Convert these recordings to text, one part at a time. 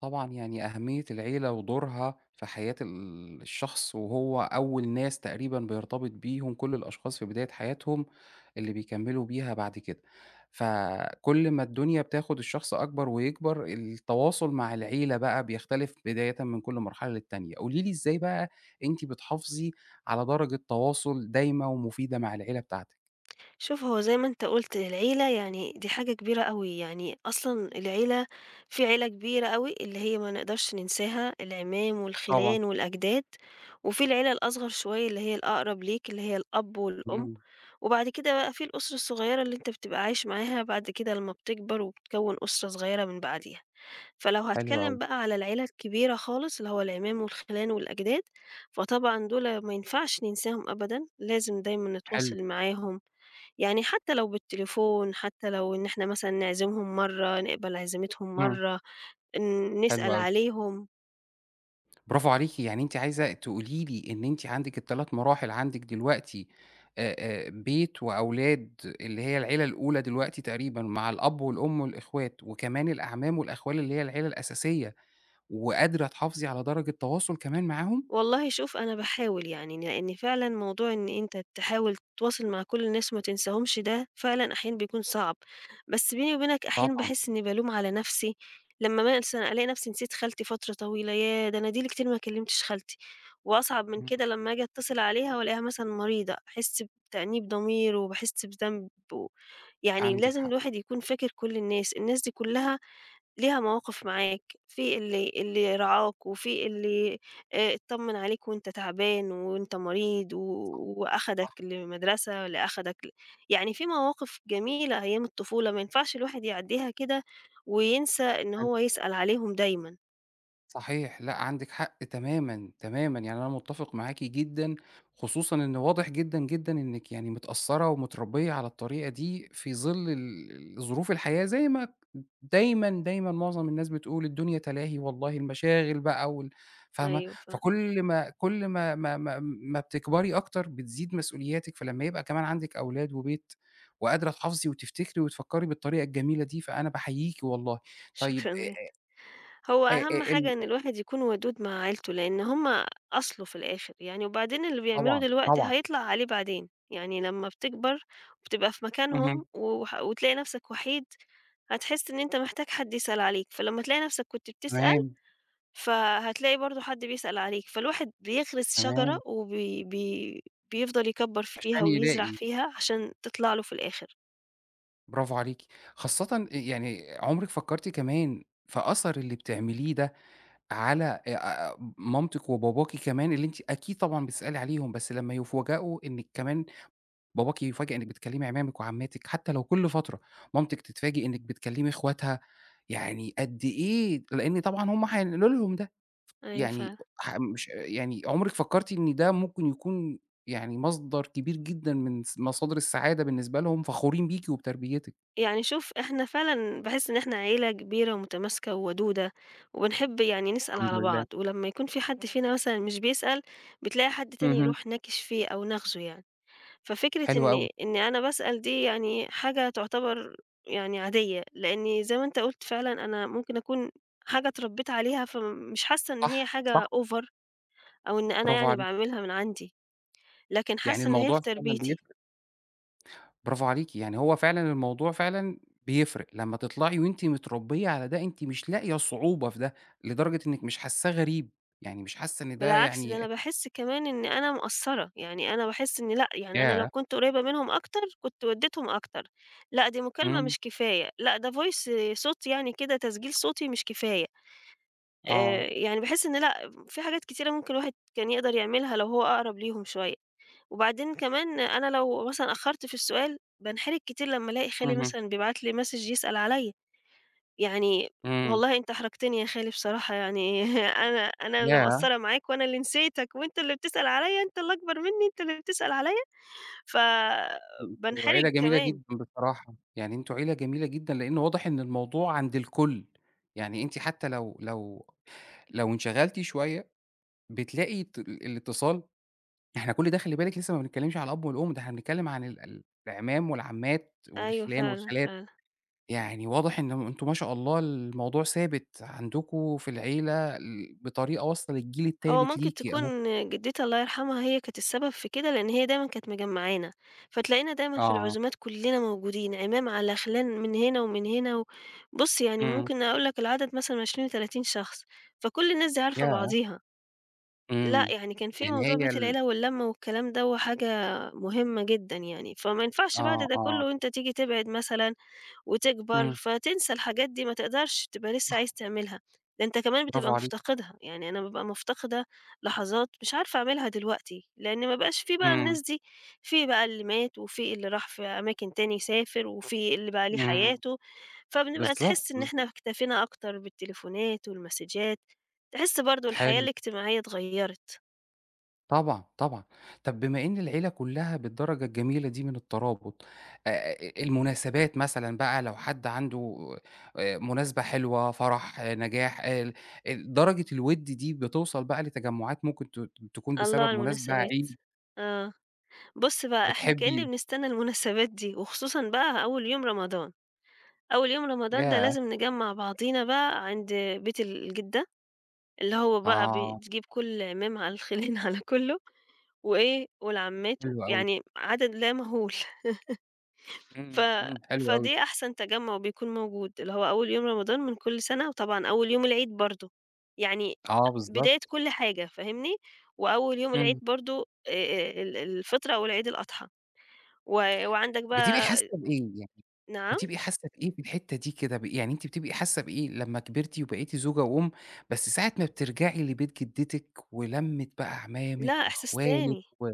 طبعًا يعني أهمية العيلة ودورها في حياة الشخص، وهو أول ناس تقريبًا بيرتبط بيهم كل الأشخاص في بداية حياتهم، اللي بيكمّلوا بيها بعد كده. فكل ما الدنيا بتاخد الشخص أكبر ويكبر، التواصل مع العيلة بقى بيختلف بدايةً من كل مرحلة للتانية. قولي لي إزاي بقى أنتِ بتحافظي على درجة تواصل دايمة ومفيدة مع العيلة بتاعتِك؟ شوف هو زي ما أنت قُلت العيلة يعني دي حاجة كبيرة أوي، يعني أصلًا العيلة في عيلة كبيرة أوي اللي هي ما نقدرش ننساها، العمام طبعًا، والخِلان والأجداد، وفي العيلة الأصغر شوية اللي هي الأقرب ليك اللي هي الأب والأم، إمم، وبعد كده بقى في الأسرة الصغيرة اللي أنت بتبقى عايش معاها بعد كده لمّا بتكبر وبتكوّن أسرة صغيرة من بعديها. فلو حلو أوي، هاتكلم بقى على العيلة الكبيرة خالص اللي هو العمام والخِلان والأجداد، فطبعًا دُول ما ينفعش ننساهم أبدًا، لازم دايمًا حلو، نتواصل معاهم، يعني حتى لو بالتليفون، حتى لو إن إحنا مثلًا نعزمهم مرّة، نقبل عزيمتهم إمم، مرّة، ن حلو نسأل أوي. عليهم. برافو عليكِ، يعني أنتِ عايزة تقولي لي إن أنتِ عندِك ال3 مراحل عندِك دلوقتي آآ بيت وأولاد اللي هي العيلة الأولى دلوقتي تقريبًا مع الأب والأم والإخوات، وكمان الأعمام والأخوال اللي هي العيلة الأساسية، وقادرة تحافظي على درجة تواصل كمان معاهم؟ والله شوف أنا باحاول يعني، لإن فعلًا موضوع إن أنت تحاول تتواصل مع كل الناس وما تنساهمش ده فعلًا أحيانًا بيكون صعب، بس بيني وبينك أحيانًا طبعًا، باحس إني بالوم على نفسي لمّا مثلًا ألاقي نفسي نسيت خالتي فترة طويلة، ياه! ده أنا دي لي كتير ما كلمتش خالتي، وأصعب من إمم، كده لمّا آجي أتصل عليها وألاقيها مثلًا مريضة، أحس بتأنيب ضمير وباحس بذنب و يعني عندِك لازم حق، الواحد يكون فاكر كل الناس، الناس دي كلها ليها مواقف معاك، في اللي رعاك، وفي اللي اتطمن عليك وأنت تعبان وأنت مريض، صح، وأخدك صح، لمدرسة، اللي أخدك ل يعني في مواقف جميلة أيام الطفولة ما ينفعش الواحد يعدّيها كده وينسى إن حلو. هو يسأل عليهم دايمًا. صحيح، لأ عندِك حق تمامًا، تمامًا، يعني أنا متّفق معاكِ جدًا، خصوصًا إن واضح جدًا، جدًا إنِّك يعني متأثّرة ومتربية على الطريقة دي في ظِل ظروف الحياة زي ما دايمًا، دايمًا معظم الناس بتقول الدنيا تلاهي والله المشاغل بقى وال فاهمة؟ أيوه فعلًا، فكل ما كل ما ما ما ما بتكبري أكتر بتزيد مسؤولياتِك، فلمّا يبقى كمان عندِك أولاد وبيت وقادرة تحافظي وتفتكري وتفكّري بالطريقة الجميلة دي، فأنا باحييكِ والله. طيب شكرًا ج هو آآ أهم حاجة إن آآ الواحد يكون ودود مع عيلته، لإن هم أصله في الآخر يعني، وبعدين اللي بيعمله طبعًا، دلوقتي طبعًا. هيطلع عليه بعدين، يعني لمّا بتكبر وبتبقى في مكانهم اهم. وتلاقي نفسك وحيد، هتحس إن أنت محتاج حد يسأل عليك، فلمّا تلاقي نفسك كنت بتسأل، تمام، فهتلاقي برضه حد بيسأل عليك، فالواحد بيغرس شجرة تمام. وبي بي بيفضل يكبّر فيها عشان ويزرع يلاقي فيها عشان تطلع له في الآخر. برافو عليكِ. خاصةً يعني عمرِك فكّرتِ كمان في أثر اللي بتعمليه ده على مامتِك وباباكِ كمان اللي أنتِ أكيد طبعًا بتسألي عليهم، بس لمّا يفوجئوا إنِّك كمان باباكِ يفاجأ إنِّك بتكلّمي عمامِك وعماتِك حتى لو كل فترة، مامتِك تتفاجئ إنِّك بتكلّمي اخواتها، يعني قد إيه لإن طبعًا هم هينقلوا لهم ده. أيوه يعني فعلًا. مش يعني عمرِك فكّرتِ إن ده ممكن يكون يعني مصدر كبير جدًا من مصادر السعادة بالنسبة لهم، فخورين بيكِ وبتربيتِك؟ يعني شوف إحنا فعلًا باحس إن إحنا عيلة كبيرة ومتماسكة وودودة، وبنحب يعني نسأل الحمد على لله. بعض، ولمّا يكون في حد فينا مثلًا مش بيسأل، بتلاقي حد تاني اهم. يروح ناكش فيه أو ناغزه يعني. ففكرة حلو أوي. إني أنا باسأل دي يعني حاجة تعتبر يعني عادية، لإني زي ما أنت قُلت فعلًا أنا ممكن أكون حاجة اتربيت عليها، فمش حاسة إن هي صح، حاجة صح، over أو إن أنا برافو يعني عليكِ. باعملها من عندي، لكن يعني حاسة إن هي الموضوع في فعلًا تربيتي. بيفرق، برافو عليكِ. يعني هو فعلًا الموضوع فعلًا بيفرق، لمّا تطلعي وأنتِ متربية على ده، أنتِ مش لاقية صعوبة في ده، لدرجة إنِّك مش حاسّاه غريب، يعني مش حاسّة إن ده بالعكس ده أنا يعني باحس كمان إن أنا مقصّرة، يعني أنا باحس إن لأ، يعني أنا لو ياه! كنت قريّبة منهم أكتر كنت ودّيتهم أكتر، لأ دي مكالمة إمم. مش كفاية، لأ ده voice صوت يعني كده تسجيل صوتي مش كفاية، آه. يعني باحس إن لأ، في حاجات كتيرة ممكن الواحد كان يقدر يعملها لو هو أقرب ليهم شوية، وبعدين كمان أنا لو مثلًا أخّرت في السؤال بانحرج كتير لمّا ألاقي خالي اهم. مثلًا بيبعت لي message يسأل عليَّ. يعني إمم. والله أنت أحرجتني يا خالي بصراحة يعني أنا اللي ياه! مقصّرة معاك وأنا اللي نسيتك وأنت اللي بتسأل عليّا، أنت اللي أكبر منّي، أنت اللي بتسأل عليّا، هو فبانحرج عيلة جميلة كمان. جدًا بصراحة، يعني أنتم عيلة جميلة جدًا، لإن واضح إن الموضوع عند الكل، يعني أنتِ حتى لو انشغلتِ شوية بتلاقي الاتصال إحنا كل ده خلّي بالِك لسه ما بنتكلمش على الأب والأم، ده إحنا بنتكلم عن ال ال الأعمام والعمات أيوه والخِلان فعلًا، والخالات، فعلًا. يعني واضح إن أنتم ما شاء الله الموضوع ثابت عندكم في العيلة ل بطريقة واصلة للجيل هو التالت ممكن ليكِ أهو. تكون جدتي الله يرحمها هي كانت السبب في كده، لإن هي دايمًا كانت مجمّعانا، فتلاقينا دايمًا في آه، العزومات كُلّنا موجودين، عمام على خِلان من هنا ومن هنا بُص يعني إمم، ممكن أقول لك العدد مثلًا 20، 30 شخص، فكل الناس دي عارفة ياه! بعضيها. لأ، إمم، يعني كان في يعني موضوع هي بيت ال العيلة واللمة والكلام دوّة حاجة مهمة جدًا يعني، فما ينفعش بعد آه، ده آه، كلّه وأنت تيجي تبعد مثلًا وتكبر، إمم، فتنسى الحاجات دي ما تقدرش، تبقى لسه صح عايز تعملها، ده أنت كمان بتبقى برافو عليكِ. مفتقدها، يعني أنا بابقى مفتقدة لحظات مش عارفة أعملها دلوقتي، لإن ما بقاش في بقى إمم، الناس دي، في بقى اللي مات وفي اللي راح في أماكن تاني سافر وفي اللي بقى ليه إمم، حياته، فبنبقى بالضبط، تحس إن إحنا بالضبط، اكتفينا أكتر بالتليفونات والمسجات، تحس برضه الحياة حلو، الاجتماعية اتغيّرت. طبعًا، طبعًا. طب بما إن العيلة كلّها بالدرجة الجميلة دي من الترابط، آآ المناسبات مثلًا بقى لو حد عنده مناسبة حلوة، فرح، نجاح، ال ال درجة الوِد دي بتوصل بقى لتجمعات ممكن تكون الله بسبب على مناسبة، المناسبات. عيد، آه. بُص بقى، إحنا كإن بتحبي بنستنى المناسبات دي، وخصوصًا بقى أول يوم رمضان. أول يوم رمضان ده ياه! لازم نجمّع بعضينا بقى عند بيت الجدة، اللي هو بقى آه، بتجيب كل عمام على الخلان على كُلّه، وإيه، والعمّات، حلو أوي ده، يعني عدد لا مهول. ف إمم، إمم، حلو أوي ده، فدي أحسن تجمُّع بيكون موجود، اللي هو أول يوم رمضان من كل سنة، وطبعًا أول يوم العيد برضه، يعني آه بالضبط، بداية كل حاجة، فاهمني؟ وأول يوم العيد إمم. برضه ال الفطر أو العيد الأضحى. و وعندك بتبقي بقى حاسة بإيه يعني، نعم؟ بتبقي حاسة بإيه في الحتّة دي كده، يعني أنتِ بتبقي حاسة بإيه لمّا كبرتِ وبقيتِ زوجة وأم، بس ساعة ما بترجعي لبيت جدتِك ولمّة بقى لأ عمامِك إحساس وأخوالِك تاني، و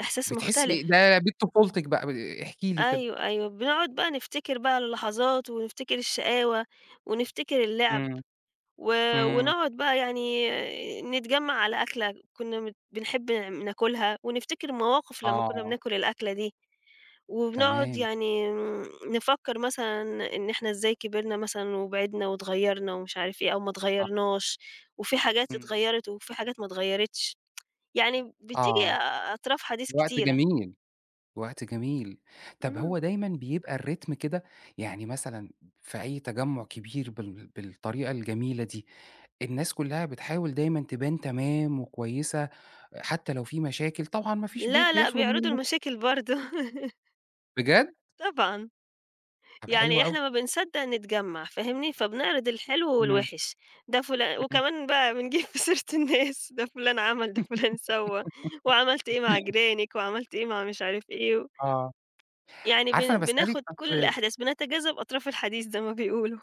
إحساس بتحسي مختلف. بإيه، ده بيت طفولتِك بقى، احكي لي كده؟ أيوه، أيوه. بنقعد بقى نفتكر بقى اللحظات ونفتكر الشقاوة ونفتكر اللعب إمم، و إمم، ونقعد بقى يعني نتجمّع على أكلة كنا مت بنحب ناكلها ونفتكر مواقف لمّا كنا آه، بناكل الأكلة دي، وبنقعد تمام، يعني نفكّر مثلًا إن إحنا إزاي كبرنا مثلًا وبعدنا واتغيّرنا ومش عارف إيه أو ما آه، اتغيّرناش، وفي حاجات إمم، اتغيّرت وفي حاجات ما اتغيّرتش. يعني بتيجي آه، أطراف حديث وقت كتيرة. جميل، وقت جميل. طب إمم. هو دايمًا بيبقى الريتم كده، يعني مثلًا في أي تجمُّع كبير بالطريقة الجميلة دي، الناس كلّها بتحاول دايمًا تبان تمام وكويسة، حتى لو في مشاكل، طبعًا ما فيش لا، بيت لأ، بيخلو من بيعرضوا المش المشاكل برضه. بجد؟ طبعًا. طب حلو يعني أوي، إحنا ما بنصدّق نتجمّع فاهمني، فبنعرض الحلو إمم، والوِحِش. ده فلا إمم، وكمان بقى بنجيب في سيرة الناس، ده فُلان عمل، ده فُلان سوّى، وعملت إيه مع جيرانِك، وعملت إيه مع مش عارف إيه آه، يعني عارفة أنا باسألِك بناخُد كل أصل الأحداث، بنتجاذب أطراف الحديث زي ما بيقولوا.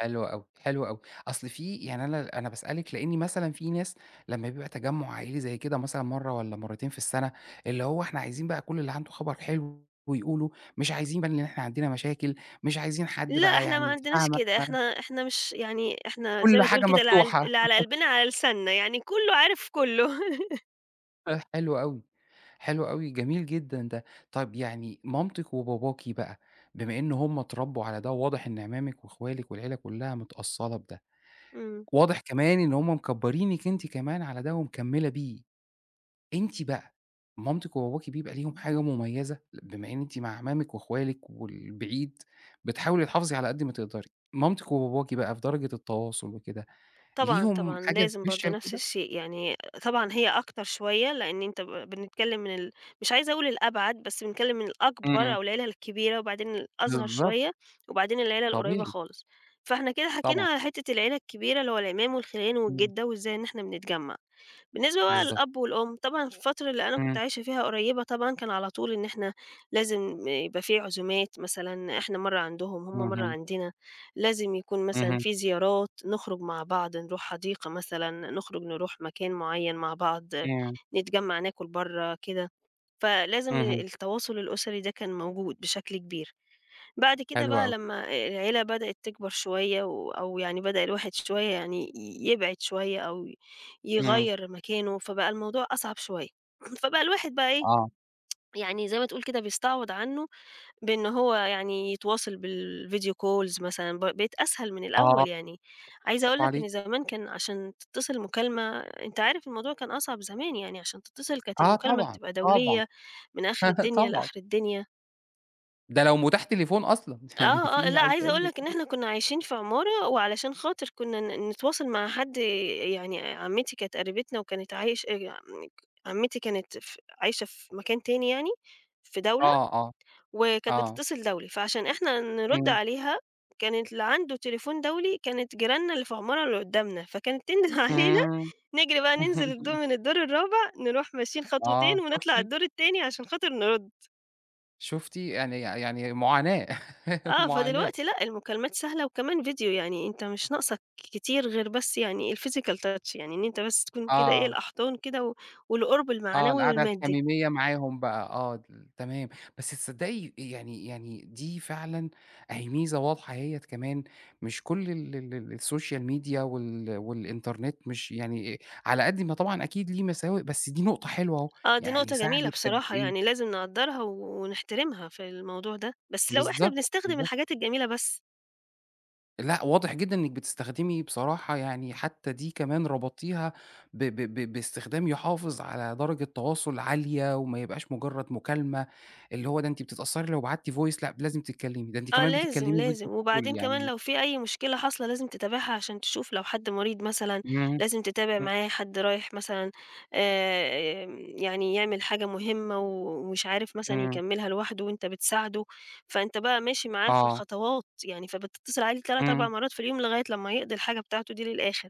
حلو أوي، حلو أوي، أصل في يعني أنا باسألِك لإني مثلًا في ناس لمّا بيبقى تجمُّع عائلي زي كده مثلًا مرّة والّا مرّتين في السنة، اللي هو إحنا عايزين بقى كل اللي عنده خبر حلو يقوله، مش عايزين بقى إن إحنا عندنا مشاكل، مش عايزين حد لأ، بقى إحنا ما يعني أنتِ عندناش كده، فاهمة، إحنا مش يعني إحنا زي كل ما تقول حاجة كده اللي على مفتوحة. اللي على قلبنا على لساننا، يعني كُلّه عارف كُلّه. آه، حلو أوي، حلو أوي، جميل جدًا ده. طَب يعني مامتِك وباباكِ بقى، بما إن هُم اتربّوا على ده، وواضح إن عمامِك وأخوالِك والعيلة كلّها متأصّلة بده، إمم. واضح كمان إن هُم مكبّرينِك أنتِ كمان على ده ومكمّلة بيه، أنتِ بقى مامتِك وباباكِ بيبقى ليهم حاجة مميّزة؟ بما إن أنتِ مع عمامِك وأخوالِك والبعيد، بتحاولي تحافظي على قد ما تقدري، مامتِك وباباكِ بقى في درجة التواصل وكده، طبعًا، ليهم طبعًا، حاجة لازم برضه special نفس كده؟ الشيء، يعني طبعًا هي أكتر شوية، لإن أنت بنتكلم من مش عايزة أقول الأبعد، بس بنتكلم من الأكبر إمم، أو العيلة الكبيرة، وبعدين الأصغر بالضبط، شوية، وبعدين العيلة القريبة طبيعي، خالص. فإحنا كده حكينا طبعًا، على حتة العيلة الكبيرة، اللي هو العمام والخِلان إمم، والجِدة، وإزاي إن إحنا بنتجمّع. بالنسبة بقى بالضبط. للأب والأم، طبعًا في الفترة اللي أنا كنت إمم، عايشة فيها قريبة طبعًا كان على طول إن إحنا لازم يبقى في عزومات مثلًا، إحنا مرّة عندهم، هم مرّة اهم، عندنا، لازم يكون مثلًا اهم، في زيارات، نخرج مع بعض، نروح حديقة مثلًا، نخرج نروح مكان معيّن مع بعض، إمم، نتجمّع ناكل برّه كده، فلازم اهم، التواصل الأسري ده كان موجود بشكل كبير. بعد كده حلو بقى أوي، لمّا العيلة بدأت تكبر شوية أو يعني بدأ الواحد شوية يعني يبعد شوية أو إمم، يغيّر مكانه، فبقى الموضوع أصعب شوية. فبقى الواحد بقى إيه، آه، يعني زي ما تقول كده بيستعوض عنّه بإن هو يعني يتواصل بالvideo calls مثلًا، بقت أسهل من الأول آه، يعني. عايزة أقول برافو لك إن عليكِ، زمان كان عشان تتصل مكالمة أنت عارف الموضوع كان أصعب زمان، يعني عشان تتصل كانت آه المكالمة طبعًا، بتبقى طبعًا، دولية من آخر الدنيا طبعًا، لآخر الدنيا. ده لو متاح تليفون أصلًا، آه، يعني آه، في لأ عايز عايزة أقول أقول لِك لك إن إحنا كنا عايشين في عمارة وعلشان خاطر كنا نتواصل مع حد يعني عمتي كانت قريبتنا وكانت عايش عمتي كانت عايشة في مكان تاني يعني، في دولة آه، آه، وكانت آه، بتتصل دولي، فعشان إحنا نرُد إمم، عليها كانت اللي عنده تليفون دولي كانت جيراننا اللي في العمارة اللي قدّامنا، فكانت تنده علينا إمم، نجري بقى ننزل من الدور الرابع نروح ماشيين آه، خطوتين ونطلع شُفتِ، الدور التاني عشان خاطر نرُد. شُفتِ يعني معاناة، آه، معاناة، فدلوقتي لأ، المكالمات سهلة وكمان فيديو، يعني أنت مش ناقصك كتير غير بس يعني الphysical touch يعني إن أنت بس تكون كده إيه آه. الأحضان كده و والقرب آه، المعنوي القعدة والمادي. الحميمية معاهم بقى، آه، تمام. بس تصدّقي يعني دي فعلًا أهي ميزة واضحة أهيّة كمان، مش كل ال ال ال السوشيال ميديا والإنترنت مش يعني على قد ما طبعًا أكيد ليه مساوئ، بس دي نقطة حلوة أهو، آه، دي يعني نقطة جميلة ساعدِت قد بصراحة يعني إيه لازم نقدّرها ونحترمها في الموضوع ده، بس لو إحنا بالضبط، بنستخدم بالضبط. الحاجات الجميلة بس. لأ، واضح جدًا إنِّك بتستخدمي بصراحة يعني حتى دي كمان ربطتيها ب ب ب باستخدام يحافظ على درجة تواصل عالية وما يبقاش مجرّد مكالمة، اللي هو ده أنتِ بتتأثّري لو بعتِ voice لأ، لازم تتكلّمي، ده أنتِ آه كمان لازم، بتتكلّمي video لازم، call وبعدين كمان يعني لو في أي مشكلة حاصلة لازم تتابعها عشان تشوف لو حد مريض مثلًا، إمم، لازم تتابع إمم، معاه، حد رايح مثلًا آمم، يعني يعمل حاجة مهمة ومش عارف مثلًا إمم، يكمّلها لوحده وأنت بتساعده، فأنت بقى ماشي معاه في آه، الخطوات، يعني فبتتصل عليه 3، 4 إمم، مرات في اليوم لغاية لمّا يقضي الحاجة بتاعته دي للآخر،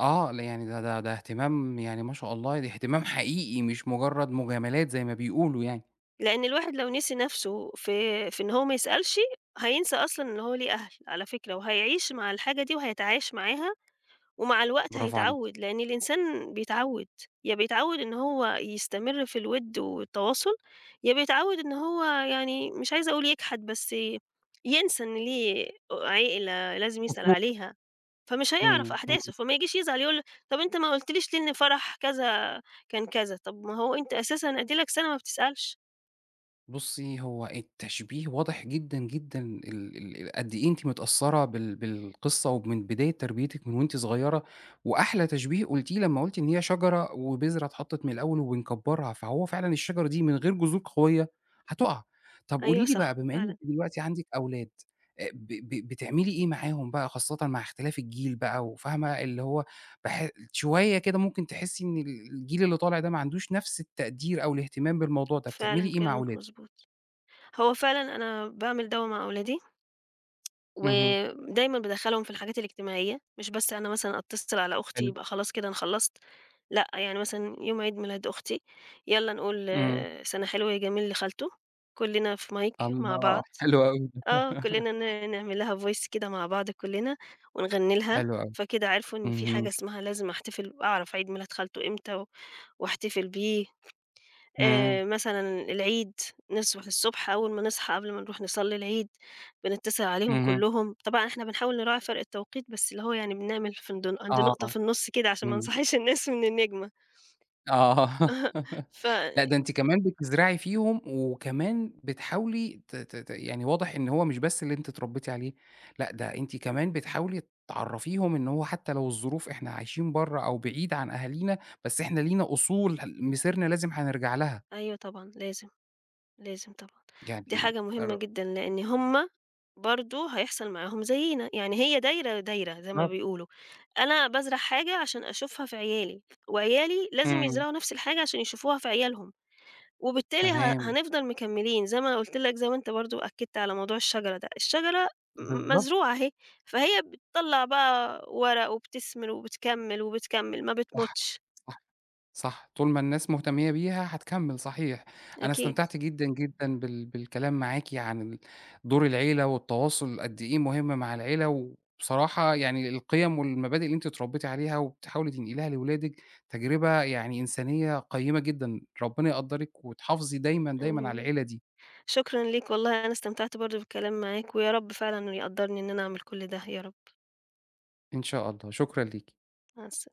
آه، لأ يعني ده اهتمام يعني ما شاء الله، ده اهتمام حقيقي مش مجرّد مجاملات زي ما بيقولوا يعني، لإن الواحد لو نسي نَفْسه في إن هو ما يسألش، هينسى أصلًا إن هو ليه أهل على فكرة، وهيعيش مع الحاجة دي وهيتعايش معاها ومع الوقت برافو عليكِ. هيتعوّد، لإن الإنسان بيتعوّد، يا بيتعوّد إن هو يستمر في الوِد والتواصل، يا بيتعوّد إن هو يعني مش عايزة أقول يجحد، بس ينسى إن ليه عِيلة لازم يسأل مضبوط. عليها، فمش هيعرف إمم، إمم. أحداثه، فما يجيش يزعل يقول طَب أنت ما قُلتليش ليه إن فرح كذا كان كذا، طَب ما هو أنت أساسًا أدي لك سَنة ما بتسألش. بُصّي، هو التشبيه واضح جدًا، جدًا قد إيه أنتِ متأثّرة بالقصة ومن بداية تربيتِك من وأنتِ صغيرة، وأحلى تشبيه قُلتيه لمّا قُلتِ إن هي شجرة وبذرة اتحطّت من الأول وبنكبّرها، فهو فعلًا الشجرة دي من غير جذور قوية هتُقع. طَب قولي أيوه لي بقى صح، بما إن أنتِ فعلًا، دلوقتي عندِك أولاد، ب ب بتعملي إيه معاهم بقى خاصةً مع اختلاف الجيل بقى وفاهمة، اللي هو بح شوية كده ممكن تحسّي إن الجيل اللي طالع ده ما عندوش نَفْس التقدير أو الاهتمام بالموضوع ده، بتعملي فعلًا إيه مع كلامِك ولادِك؟ مضبوط. هو فعلًا أنا باعمل دَوَّة مع أولادي اهم. ودايمًا بادخّلهم في الحاجات الاجتماعية، مش بس أنا مثلًا أتصل على أختي حلو. يبقى خلاص كده أنا خلّصت، لأ، يعني مثلًا يوم عيد ميلاد أختي، يالّا نقول إمم. آه، سَنة حلوة يا جميل لخالته، كلّنا في mic مع الله! بعض حلو أوي ده. آه، كلّنا نعمل لها voice كده مع بعض كلّنا ونغني لها، حلو أوي. فكده عرفوا إن في حاجة اهم. اسمها لازم أحتفل أعرف عيد ميلاد خالته إمتى واحتفل بيه. إمم. مثلًا العيد، نصبح الصبح أول ما نصحى قبل ما نروح نصلّي العيد، بنتصل عليهم اهم. كلّهم، طبعًا إحنا بنحاول نراعي فرق التوقيت، بس اللي هو يعني بنعمل في عند نقطة آه. في النُص كده عشان ما إمم. نصحّيش الناس من النجمة. آه. ف لأ، ده أنتِ كمان بتزرعي فيهم وكمان بتحاولي ت ت ت يعني واضح إن هو مش بس اللي أنتِ اتربّيتِ عليه، لأ، ده أنتِ كمان بتحاولي تعرّفيهم إن هو حتّى لو الظروف إحنا عايشين برّه أو بعيد عن أهالينا، بس إحنا لينا أصول مسيرنا لازم هنرجع لها. أيوه طبعًا، لازم، لازم طبعًا. دي يعني حاجة مهمة أر جدًا، لإن هم برضه هيحصل معاهم زيّنا، يعني هي دايرة، دايرة زي ما بالضبط. بيقولوا. أنا بازرع حاجة عشان أشوفها في عيالي، وعيالي لازم إمم. يزرعوا نفس الحاجة عشان يشوفوها في عيالهم. وبالتالي تمام. هنفضل مكمّلين، زي ما أنا قُلت لك زي ما أنت برضه أكّدت على موضوع الشجرة ده، الشجرة بالضبط. مزروعة أهي، فهي بتطلّع بقى ورق وبتثمر وبتكمّل، وبتكمّل ما صح، بتموتش صح، صح، طول ما الناس مهتمية بيها هتكمّل صحيح، أنا أكيد، استمتعت جدًا، جدًا بالكلام معاكِ عن دور العيلة والتواصل قد إيه مهم مع العيلة، وبصراحة يعني القيم والمبادئ اللي أنتِ اتربيتِ عليها وبتحاولي تنقليها لولادِك، تجربة يعني إنسانية قيّمة جدًا، ربنا يقدّرِك وتحافظي دايمًا، دايمًا على امم، العيلة دي شكرًا ليك والله أنا استمتعت برضه بالكلام معاك، ويا رب فعلًا يقدّرني إن أنا أعمل كل ده، يا رب، إن شاء الله، شكرًا ليكِ. مع الس